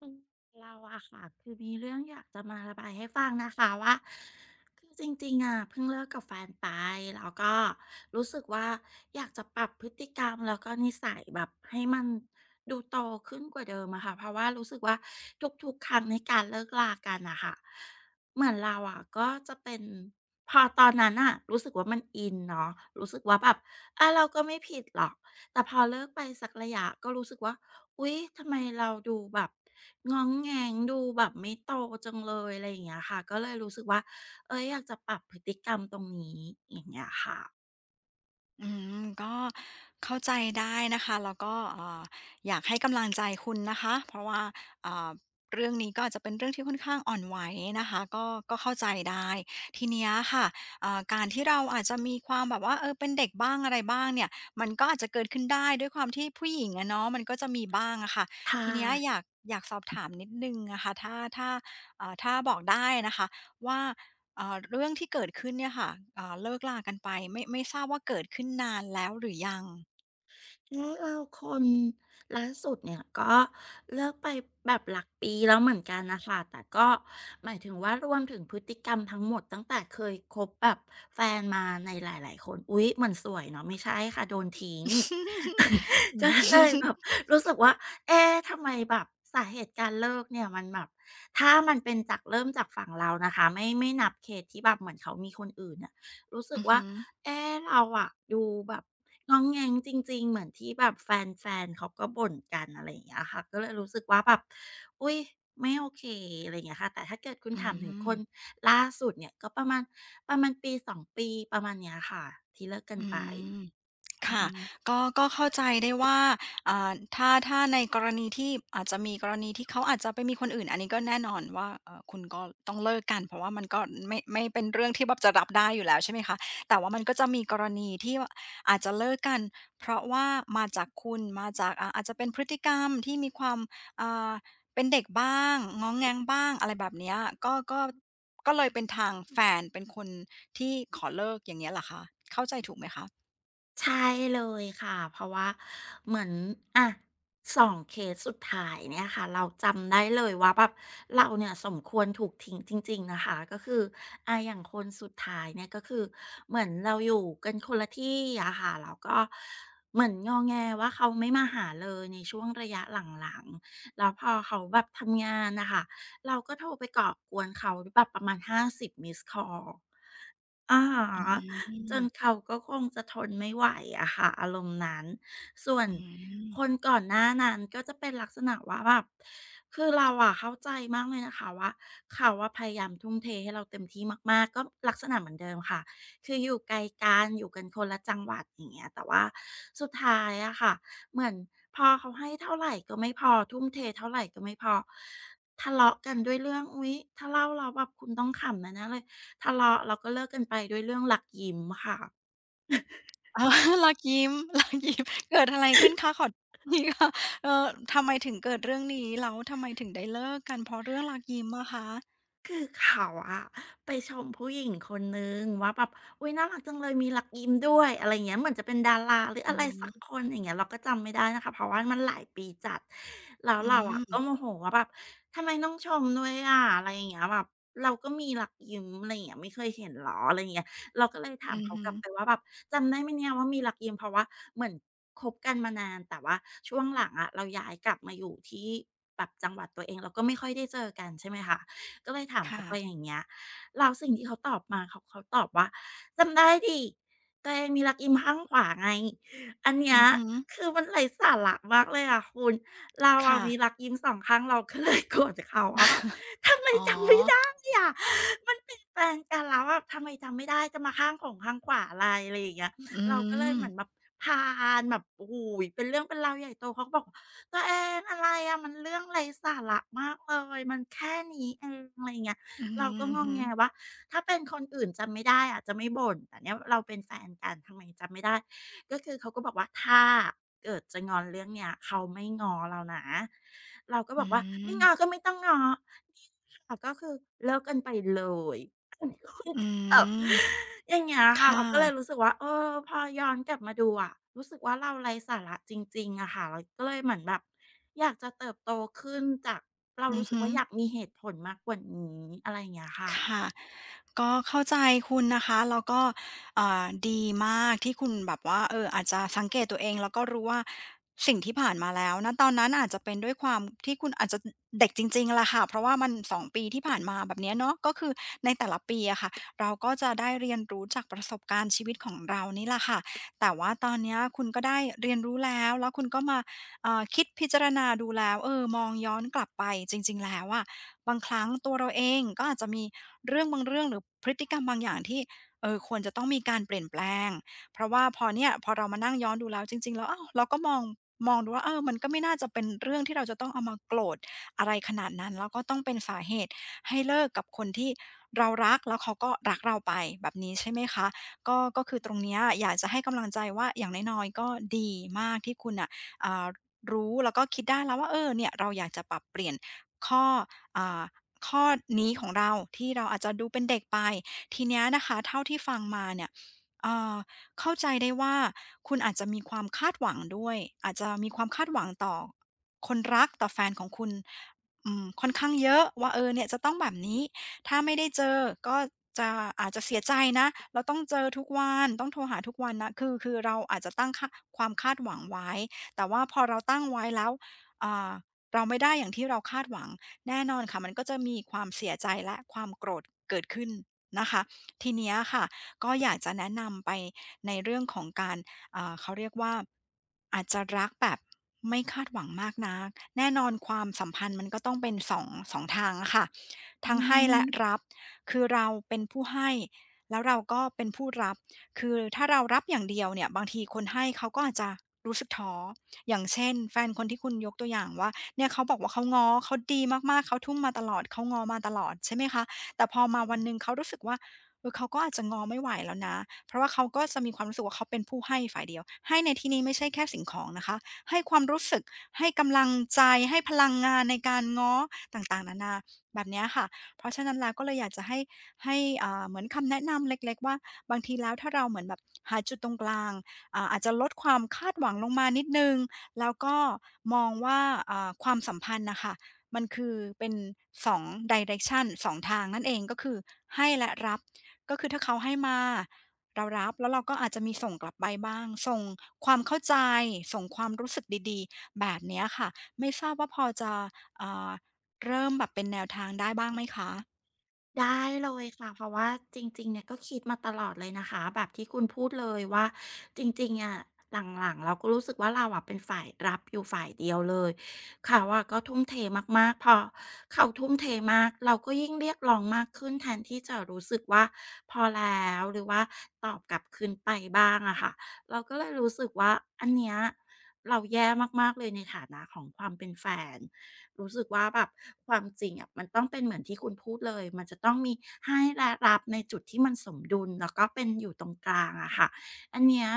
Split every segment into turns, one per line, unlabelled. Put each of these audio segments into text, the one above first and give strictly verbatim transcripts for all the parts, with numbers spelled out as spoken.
อืมเราอะค่ะคือมีเรื่องอยากจะมาระบายให้ฟังนะคะว่าคือจริงๆอะเพิ่งเลิกกับแฟนไปแล้วก็รู้สึกว่าอยากจะปรับพฤติกรรมแล้วก็นิสัยแบบให้มันดูโตขึ้นกว่าเดิมอะค่ะเพราะว่ารู้สึกว่าทุกๆครั้งในการเลิกลากันอะค่ะเหมือนเราอะก็จะเป็นพอตอนนั้นอะรู้สึกว่ามันอินเนาะรู้สึกว่าแบบอะเราก็ไม่ผิดหรอกแต่พอเลิกไปสักระยะก็รู้สึกว่า อุ๊ยทำไมเราดูแบบง้องแงงดูแบบไม่โตจังเลยอะไรอย่างเงี้ยค่ะก็เลยรู้สึกว่าเอ๊ยอยากจะปรับพฤติกรรมตรงนี้อย่างเงี้ยค่ะ
อืมก็เข้าใจได้นะคะแล้วก็เอ่ออยากให้กำลังใจคุณนะคะเพราะว่าเอ่อเรื่องนี้ก็อาจจะเป็นเรื่องที่ค่อนข้างอ่อนไหวนะคะก็ก็เข้าใจได้ทีเนี้ยค่ะเอ่อการที่เราอาจจะมีความแบบว่าเออเป็นเด็กบ้างอะไรบ้างเนี่ยมันก็อาจจะเกิดขึ้นได้ด้วยความที่ผู้หญิงอะเนาะมันก็จะมีบ้างอะค่ะ
ใช่
ทีเนี้ยอยากอยากสอบถามนิดหนึ่งนะคะถ้าถ้าเอ่าถ้าบอกได้นะคะว่า อ่าเรื่องที่เกิดขึ้นเนี่ยค่ะอ่าเลิกลากันไปไม่ไม่ทราบว่าเกิดขึ้นนานแล้วหรือยัง
แล้วเราคนล่าสุดเนี่ยก็เลิกไปแบบหลักปีแล้วเหมือนกันน่ะค่ะแต่ก็หมายถึงว่ารวมถึงพฤติกรรมทั้งหมดตั้งแต่เคยคบแบบแฟนมาในหลายๆคนอุ๊ยเหมือนสวยเนาะไม่ใช่ค่ะโดนทิ้ง
อื
ก็เลยแบบ
ม
รู้สึกว่าเอ๊ะทำไมแบบสาเหตุการเลิกเนี่ยมันแบบถ้ามันเป็นจากเริ่มจากฝั่งเรานะคะไม่ไม่นับเคสที่แบบเหมือนเขามีคนอื่นน่ะรู้สึ ก
อื
ว่า
ม
เอ๊ะเราอะดูแบบง้องแงงจริงๆเหมือนที่แบบแฟนๆเขาก็บ่นกันอะไรอย่างเงี้ยค่ะก็เลยรู้สึกว่าแบบอุ้ยไม่โอเคอะไรอย่างเงี้ยค่ะแต่ถ้าเกิดคุณ
อื
ถามถึงค
ม
นล่าสุดเนี่ยก็ประมาณประมาณปีสองปีประมาณเนี้ยค่ะที่เลิกกัน
อื
ไป
ม
อื
ค่ะ
ม
ก็ก็เข้าใจได้ว่าอ่าถ้าถ้าในกรณีที่อาจจะมีกรณีที่เขาอาจจะไปมีคนอื่นอันนี้ก็แน่นอนว่าเอ่อคุณก็ต้องเลิกกันเพราะว่ามันก็ไม่ไม่เป็นเรื่องที่แบบจะรับได้อยู่แล้วใช่ไหมคะแต่ว่ามันก็จะมีกรณีที่ว่าอาจจะเลิกกันเพราะว่ามาจากคุณมาจากอ่าอาจจะเป็นพฤติกรรมที่มีความอ่าเป็นเด็กบ้างง้องแง้งบ้างอะไรแบบเนี้ยก็ก็ก็เลยเป็นทางแฟนเป็นคนที่ขอเลิกอย่างเงี้ยเหรอคะเข้าใจถูกไหมคะ
ใช่เลยค่ะเพราะว่าเหมือนอะสองเคสสุดท้ายเนี่ยค่ะเราจำได้เลยว่าแบบเราเนี่ยสมควรถูกทิ้งจริงๆนะคะก็คืออะอย่างคนสุดท้ายเนี่ยก็คือเหมือนเราอยู่กันคนละที่อะค่ะแล้วก็เหมือนงอแงว่าเขาไม่มาหาเลยในช่วงระยะหลังๆแล้วพอเขาแบบทำงานนะคะเราก็โทรไปก่อกวนเขาแบบประมาณห้าสิบมิสคอล อะฮ
อื
ะจ
ม
น เขาก็คงจะทนไม่ไหวอะค่ะอารมณ์นั้นส่วน
อื
คน
ม
ก่อนหน้านั้นก็จะเป็นลักษณะว่าแบบคือเราอะเข้าใจมากเลยนะคะว่าเขาว่าพยายามทุ่มเทให้เราเต็มที่มากๆก็ลักษณะเหมือนเดิมค่ะคืออยู่ไกลกันอยู่กันคนละจังหวัดอย่างเงี้ยแต่ว่าสุดท้ายอะค่ะเหมือนพอเขาให้เท่าไหร่ก็ไม่พอทุ่มเทเท่าไหร่ก็ไม่พอทะเลาะกันด้วยเรื่องอุ๊ยถ้าเล่าเราวแบบคุณต้องขำนะน่เลย ทะเลาะแล้วก็เลิกกันไปด้วยเรื่องหลักยิ้มค่ะ
อ๋อ รักยิ้ม รักยิ้มเกิดอะไรขึ้นคะขอ นีค่ะเออทำไมถึงเกิดเรื่องนี้แล้วทำไมถึงได้เลิกกันเพราะเรื่องรักยิ้มอะคะ
คือเขาอะไปชมผู้หญิงคนนึงว่าแบบอุ๊ยน่ารักจังเลยมีหลักยิ้มด้วยอะไรเงี้ยเหมือนจะเป็นดาราหรือ
อื
อะไรสัก
ม
คนอย่างเงี้ยเราก็จำไม่ได้นะคะเพราะว่ามันหลายปีจัดแล้ว
อื
เราอะ
ม
ก็โมโหว่าแบบทำไมต้องชมด้วยอะอะไรอย่างเงี้ยแบบเราก็มีหลัยยิ้มอะไรอย่างเงี้ยไม่เคยเห็นหรออะไรเงี้ยเราก็เลยถา
อื
ม
ม
เขา
ฮึ
กลับไปว่าแบบจำได้ไหมเนี่ยว่ามีหลักยิ้มเพราะว่าเหมือนคบกันมานานแต่ว่าช่วงหลังอะเราย้ายกลับมาอยู่ที่แบบจังหวัดตัวเองเราก็ไม่ค่อยได้เจอกันใช่ไหมคะ ก็เลยถามเขา
ค่ะ
ไปอย่างเงี้ยเราสิ่งที่เขาตอบมาเขาเขาตอบว่าจำได้ดิตัวเองมีรักยิ้มข้างขวาไงอันเนี้
อื
ย
มฮึ
คือมันไร้สาระมากเลยอะคุณเราอะ
ค่ะ
มีรักยิ้มสองข้างเราก็เลยโกรธเขาว่าแบบ ทำไม
อ๋อ
จำไม่ได้อะมันเปลี่ยนแปลงกันแล้วอะทำไมจำไม่ได้จะมาข้างของข้างขวาอะไรอะไรอย่างเงี้ย
อื
เราก็เลย
ม
เหมือนแบบพานแบบโอ้ยเป็นเรื่องเป็นราวใหญ่โตเขาก็บอก ตัวเองอะไรอะมันเรื่องไร้สาระมากเลยมันแค่นี้เองอะไรเงี้ย
อื
เราก็งอแงว่า
ม
ถ้าเป็นคนอื่นจำไม่ได้อะจะไม่บ่นแต่เนี่ยเราเป็นแฟนกันทำไมจำไม่ได้ก็คือเขาก็บอกว่าถ้าเกิดจะงอนเรื่องเนี้ยเขาไม่ง้อเรานะเราก็บ
อื
อกว่าไม่ง้อ
ม
ก็ไม่ต้องง้อนี่ค่ะก็คือเลิกกันไปเลย
อืมอื
แบบ
ม
อย่างเงี้ยค่ะเรา
ค่ะ
ก็เลยรู้สึกว่าเออพอย้อนกลับมาดูอะรู้สึกว่าเราไร้สาระจริงๆอะค่ะเราก็เลยเหมือนแบบอยากจะเติบโตขึ้นจากเรา
อืม
รู้สึก
ฮึ
ว่าอยากมีเหตุผลมากกว่านี้อะไรอย่างเงี้ยค่ะ
ค่ะก็เข้าใจคุณนะคะแล้วก็เอ่อดีมากที่คุณแบบว่าเอออาจจะสังเกตตัวเองแล้วก็รู้ว่าสิ่งที่ผ่านมาแล้วนะตอนนั้นอาจจะเป็นด้วยความที่คุณอาจจะเด็กจริงๆแหละค่ะเพราะว่ามันสองปีที่ผ่านมาแบบเนี้ยเนาะก็คือในแต่ละปีอะค่ะเราก็จะได้เรียนรู้จากประสบการณ์ชีวิตของเรานี่แหละค่ะแต่ว่าตอนเนี้ยคุณก็ได้เรียนรู้แล้วแล้วคุณก็มาเอ่อคิดพิจารณาดูแล้วเออมองย้อนกลับไปจริงๆแล้วอะ บางครั้งตัวเราเองก็อาจจะมีเรื่องบางเรื่องหรือพฤติกรรมบางอย่างที่เออควรจะต้องมีการเปลี่ยนแปลงเพราะว่าพอเนี่ยพอเรามานั่งย้อนดูแล้วจริงๆแล้วอ้าวเราก็มองมองดูว่าเออมันก็ไม่น่าจะเป็นเรื่องที่เราจะต้องเอามาโกรธอะไรขนาดนั้นแล้วก็ต้องเป็นสาเหตุให้เลิกกับคนที่เรารักแล้วเขาก็รักเราไปแบบนี้ใช่ไหมคะก็ก็คือตรงเนี้ยอยากจะให้กำลังใจว่าอย่างน้อยๆก็ดีมากที่คุณอ่ะอ่ารู้แล้วก็คิดได้แล้วว่าเออเนี่ยเราอยากจะปรับเปลี่ยนข้อ อ่าข้อนี้ของเราที่เราอาจจะดูเป็นเด็กไปทีเนี้ยนะคะเท่าที่ฟังมาเนี่ยเอ่อเข้าใจได้ว่าคุณอาจจะมีความคาดหวังด้วยอาจจะมีความคาดหวังต่อคนรักต่อแฟนของคุณอืมค่อนข้างเยอะว่าเออเนี่ยจะต้องแบบนี้ถ้าไม่ได้เจอก็จะอาจจะเสียใจนะเราต้องเจอทุกวันต้องโทรหาทุกวันนะคือคือเราอาจจะตั้งคาความคาดหวังไว้แต่ว่าพอเราตั้งไว้แล้วอ่าเราไม่ได้อย่างที่เราคาดหวัง แน่นอนค่ะมันก็จะมีความเสียใจและความโกรธเกิดขึ้นนะคะทีเนี้ยค่ะก็อยากจะแนะนำไปในเรื่องของการอ่าเขาเรียกว่าอาจจะรักแบบไม่คาดหวังมากนักแน่นอนความสัมพันธ์มันก็ต้องเป็นสองสองทางอะค่ะ
อื
ทั้งให้และ
ม
รับคือเราเป็นผู้ให้แล้วเราก็เป็นผู้รับคือถ้าเรารับอย่างเดียวเนี่ยบางทีคนให้เขาก็อาจจะรู้สึกท้ออย่างเช่นแฟนคนที่คุณยกตัวอย่างว่า เนี่ยเขาบอกว่าเขาง้อเขาดีมากๆเขาทุ่มมาตลอดเขาง้อมาตลอดใช่ไหมคะแต่พอมาวันหนึ่งเขารู้สึกว่าเออเขาก็อาจจะงอไม่ไหวแล้วนะเพราะว่าเขาก็จะมีความรู้สึกว่าเขาเป็นผู้ให้ฝ่ายเดียวให้ในที่นี้ไม่ใช่แค่สิ่งของนะคะให้ความรู้สึกให้กำลังใจให้พลังงานในการง้อต่างๆนานาแบบเนี้ยค่ะเพราะฉะนั้นแล้วก็เลยอยากจะให้ให้อ่าเหมือนคำแนะนำเล็กๆว่าบางทีแล้วถ้าเราเหมือนแบบหาจุดตรงกลางอาอาจจะลดความคาดหวังลงมานิดนึง แล้วก็มองว่าอ่าความสัมพันธ์นะคะมันคือเป็นสอง direction สองทางนั่นเองก็คือให้และรับก็คือถ้าเขาให้มาเรารับแล้วเราก็อาจจะมีส่งกลับไปบ้างส่งความเข้าใจส่งความรู้สึกดีๆแบบเนี้ยค่ะไม่ทราบว่าพอจะอ่าเริ่มแบบเป็นแนวทางได้บ้างไหมคะ
ได้เลยค่ะเพราะว่าจริงๆเนี่ยก็คิดมาตลอดเลยนะคะแบบที่คุณพูดเลยว่าจริงๆอะหลังๆเราก็รู้สึกว่าเราอะเป็นฝ่ายรับอยู่ฝ่ายเดียวเลยเขาอะก็ทุ่มเทมากๆพอเขาทุ่มเทมากเราก็ยิ่งเรียกร้องมากขึ้นแทนที่จะรู้สึกว่าพอแล้วหรือว่าตอบกลับคืนไปบ้างอะค่ะเราก็เลยรู้สึกว่าอันเนี้ยเราแย่มากๆเลยในฐานะของความเป็นแฟน รู้สึกว่าแบบความจริงอะมันต้องเป็นเหมือนที่คุณพูดเลยมันจะต้องมีให้และรับในจุดที่มันสมดุลแล้วก็เป็นอยู่ตรงกลางอะค่ะอันเนี้ย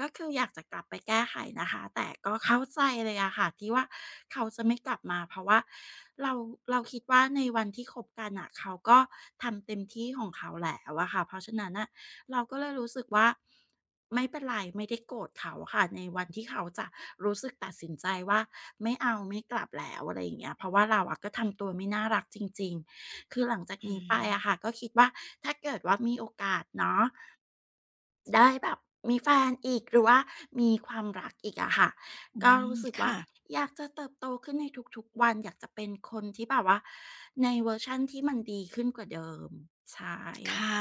ก็คืออยากจะกลับไปแก้ไขนะคะแต่ก็เข้าใจเลยอะค่ะที่ว่าเขาจะไม่กลับมาเพราะว่าเราเราคิดว่าในวันที่คบกันอ่ะเขาก็ทำเต็มที่ของเขาแล้วอะค่ะเพราะฉะนั้นอะ เราก็เลยรู้สึกว่าไม่เป็นไรไม่ได้โกรธเขาค่ะในวันที่เขาจะรู้สึกตัดสินใจว่าไม่เอาไม่กลับแล้วอะไรอย่างเงี้ยเพราะว่าเราอะก็ทำตัวไม่น่ารักจริงๆคือหลังจาก
อื
นี้ไปอะ
ม
ค่ะก็คิดว่าถ้าเกิดว่ามีโอกาสเนาะได้แบบมีแฟนอีกหรือว่ามีความรักอีกอะค่ะ
อื
ก็
ม
รู้สึกว่า
ค่ะ
อยากจะเติบโตขึ้นในทุกๆวันอยากจะเป็นคนที่แบบว่าในเวอร์ชันที่มันดีขึ้นกว่าเดิมใช่
ค่ะ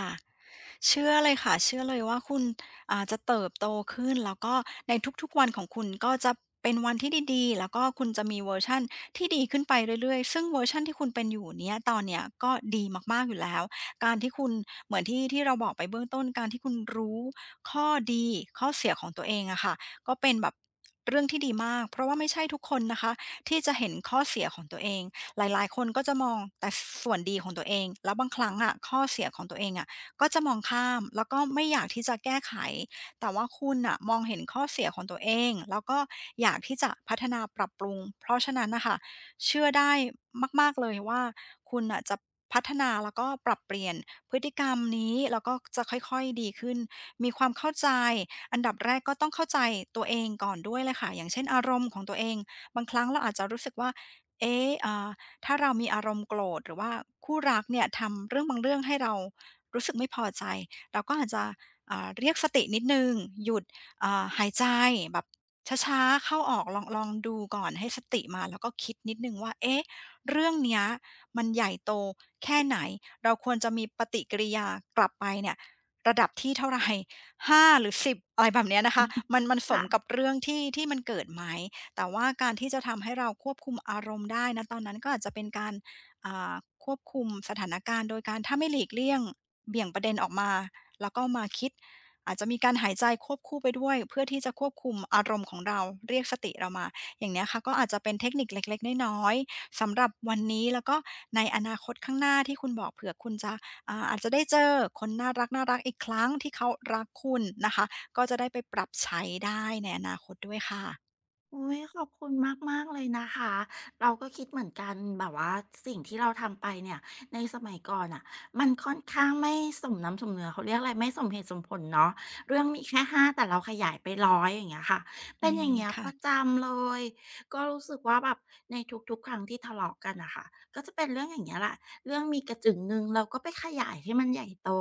เชื่อเลยค่ะเชื่อเลยว่าคุณอาจะเติบโตขึ้นแล้วก็ในทุกๆวันของคุณก็จะเป็นวันที่ดีๆแล้วก็คุณจะมีเวอร์ชันที่ดีขึ้นไปเรื่อยๆซึ่งเวอร์ชันที่คุณเป็นอยู่เนี้ยตอนเนี้ยก็ดีมากๆอยู่แล้วการที่คุณเหมือนที่ที่เราบอกไปเบื้องต้นการที่คุณรู้ข้อดีข้อเสียของตัวเองอะค่ะก็เป็นแบบเรื่องที่ดีมากเพราะว่าไม่ใช่ทุกคนนะคะที่จะเห็นข้อเสียของตัวเอง หลายๆคนก็จะมองแต่ส่วนดีของตัวเองแล้วบางครั้งอะข้อเสียของตัวเองอะก็จะมองข้ามแล้วก็ไม่อยากที่จะแก้ไขแต่ว่าคุณน่ะมองเห็นข้อเสียของตัวเองแล้วก็อยากที่จะพัฒนาปรับปรุงเพราะฉะนั้นน่ะค่ะเชื่อได้มากๆเลยว่าคุณน่ะจะพัฒนาแล้วก็ปรับเปลี่ยนพฤติกรรมนี้แล้วก็จะค่อยๆดีขึ้นมีความเข้าใจอันดับแรกก็ต้องเข้าใจตัวเองก่อนด้วยเลยค่ะอย่างเช่นอารมณ์ของตัวเองบางครั้งเราอาจจะรู้สึกว่าเอ๊ะอ่า ถ้าเรามีอารมณ์โกรธหรือว่าคู่รักเนี่ยทำเรื่องบางเรื่องให้เรารู้สึกไม่พอใจเราก็อาจจะอ่าเรียกสตินิดนึงหยุดอ่าหายใจแบบช้าๆเข้าออกลองลองดูก่อนให้สติมาแล้วก็คิดนิดนึงว่าเอ๊ะเรื่องเนี้ยมันใหญ่โตแค่ไหนเราควรจะมีปฏิกิริยากลับไปเนี่ยระดับที่เท่าไหรห้า หาหรือสิบอะไรแบบเนี้ยนะคะมันมันส
ค่ะ
มกับเรื่องที่ที่มันเกิดไหม แต่ว่าการที่จะทำให้เราควบคุมอารมณ์ได้นะตอนนั้นก็อาจจะเป็นการอ่าควบคุมสถานการณ์โดยการถ้าไม่หลีกเลี่ยงเบี่ยงประเด็นออกมาแล้วก็มาคิดอาจจะมีการหายใจควบคู่ไปด้วยเพื่อที่จะควบคุมอารมณ์ของเราเรียกสติเรามาอย่างเนี้ยค่ะก็อาจจะเป็นเทคนิคเล็กๆน้อยๆสำหรับวันนี้แล้วก็ในอนาคตข้างหน้าที่คุณบอกเผื่อคุณจะอาอาจจะได้เจอคนน่ารักน่ารักอีกครั้งที่เขารักคุณนะคะก็จะได้ไปปรับใช้ได้ในอนาคตด้วยค่ะ
อุ้ยขอบคุณมากๆเลยนะคะเราก็คิดเหมือนกันแบบว่าสิ่งที่เราทำไปเนี่ยในสมัยก่อนอ่ะมันค่อนข้างไม่สมน้ำสมเนื้อเขาเรียกอะไรไม่สมเหตุสมผลเนาะเรื่องมีแค่ห้าแต่เราขยายไปร้อยอย่างเงี้ยค่ะ
อื
เป็นอย่าง
ม
เงี้ยป
ค่ะ
ระจำเลยก็รู้สึกว่าแบบในทุกๆครั้งที่ทะเลาะกันนะค่ะก็จะเป็นเรื่องอย่างเงี้ยแหละเรื่องมีกระจึงหนึ่งเราก็ไปขยายให้มันใหญ่โต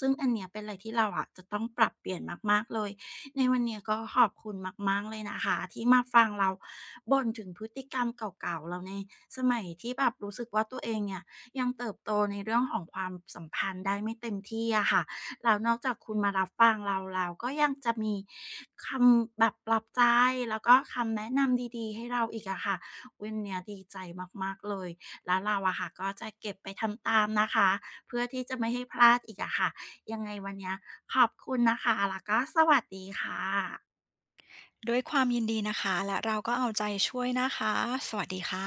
ซึ่งอันเนี้ยเป็นอะไรที่เราอะจะต้องปรับเปลี่ยนมากๆเลย ในวันนี้ก็ขอบคุณมากๆเลยนะคะที่มาฟังเราบ่นถึงพฤติกรรมเก่าๆเราในสมัยที่แบบรู้สึกว่าตัวเองเนี่ยยังเติบโตในเรื่องของความสัมพันธ์ได้ไม่เต็มที่อะค่ะแล้วนอกจากคุณมารับฟังเราเราก็ยังจะมีคำแบบปลอบใจแล้วก็คำแนะนำดีๆให้เราอีกอะค่ะวันเนี้ยดีใจมากๆเลยแล้วเราอะค่ะก็จะเก็บไปทำตามนะคะเพื่อที่จะไม่ให้พลาดอีกอะค่ะ ยังไงวันเนี้ยขอบคุณนะคะแล้วก็สวัสดีค่ะ
ด้วยความยินดีนะคะและเราก็เอาใจช่วยนะคะสวัสดีค่ะ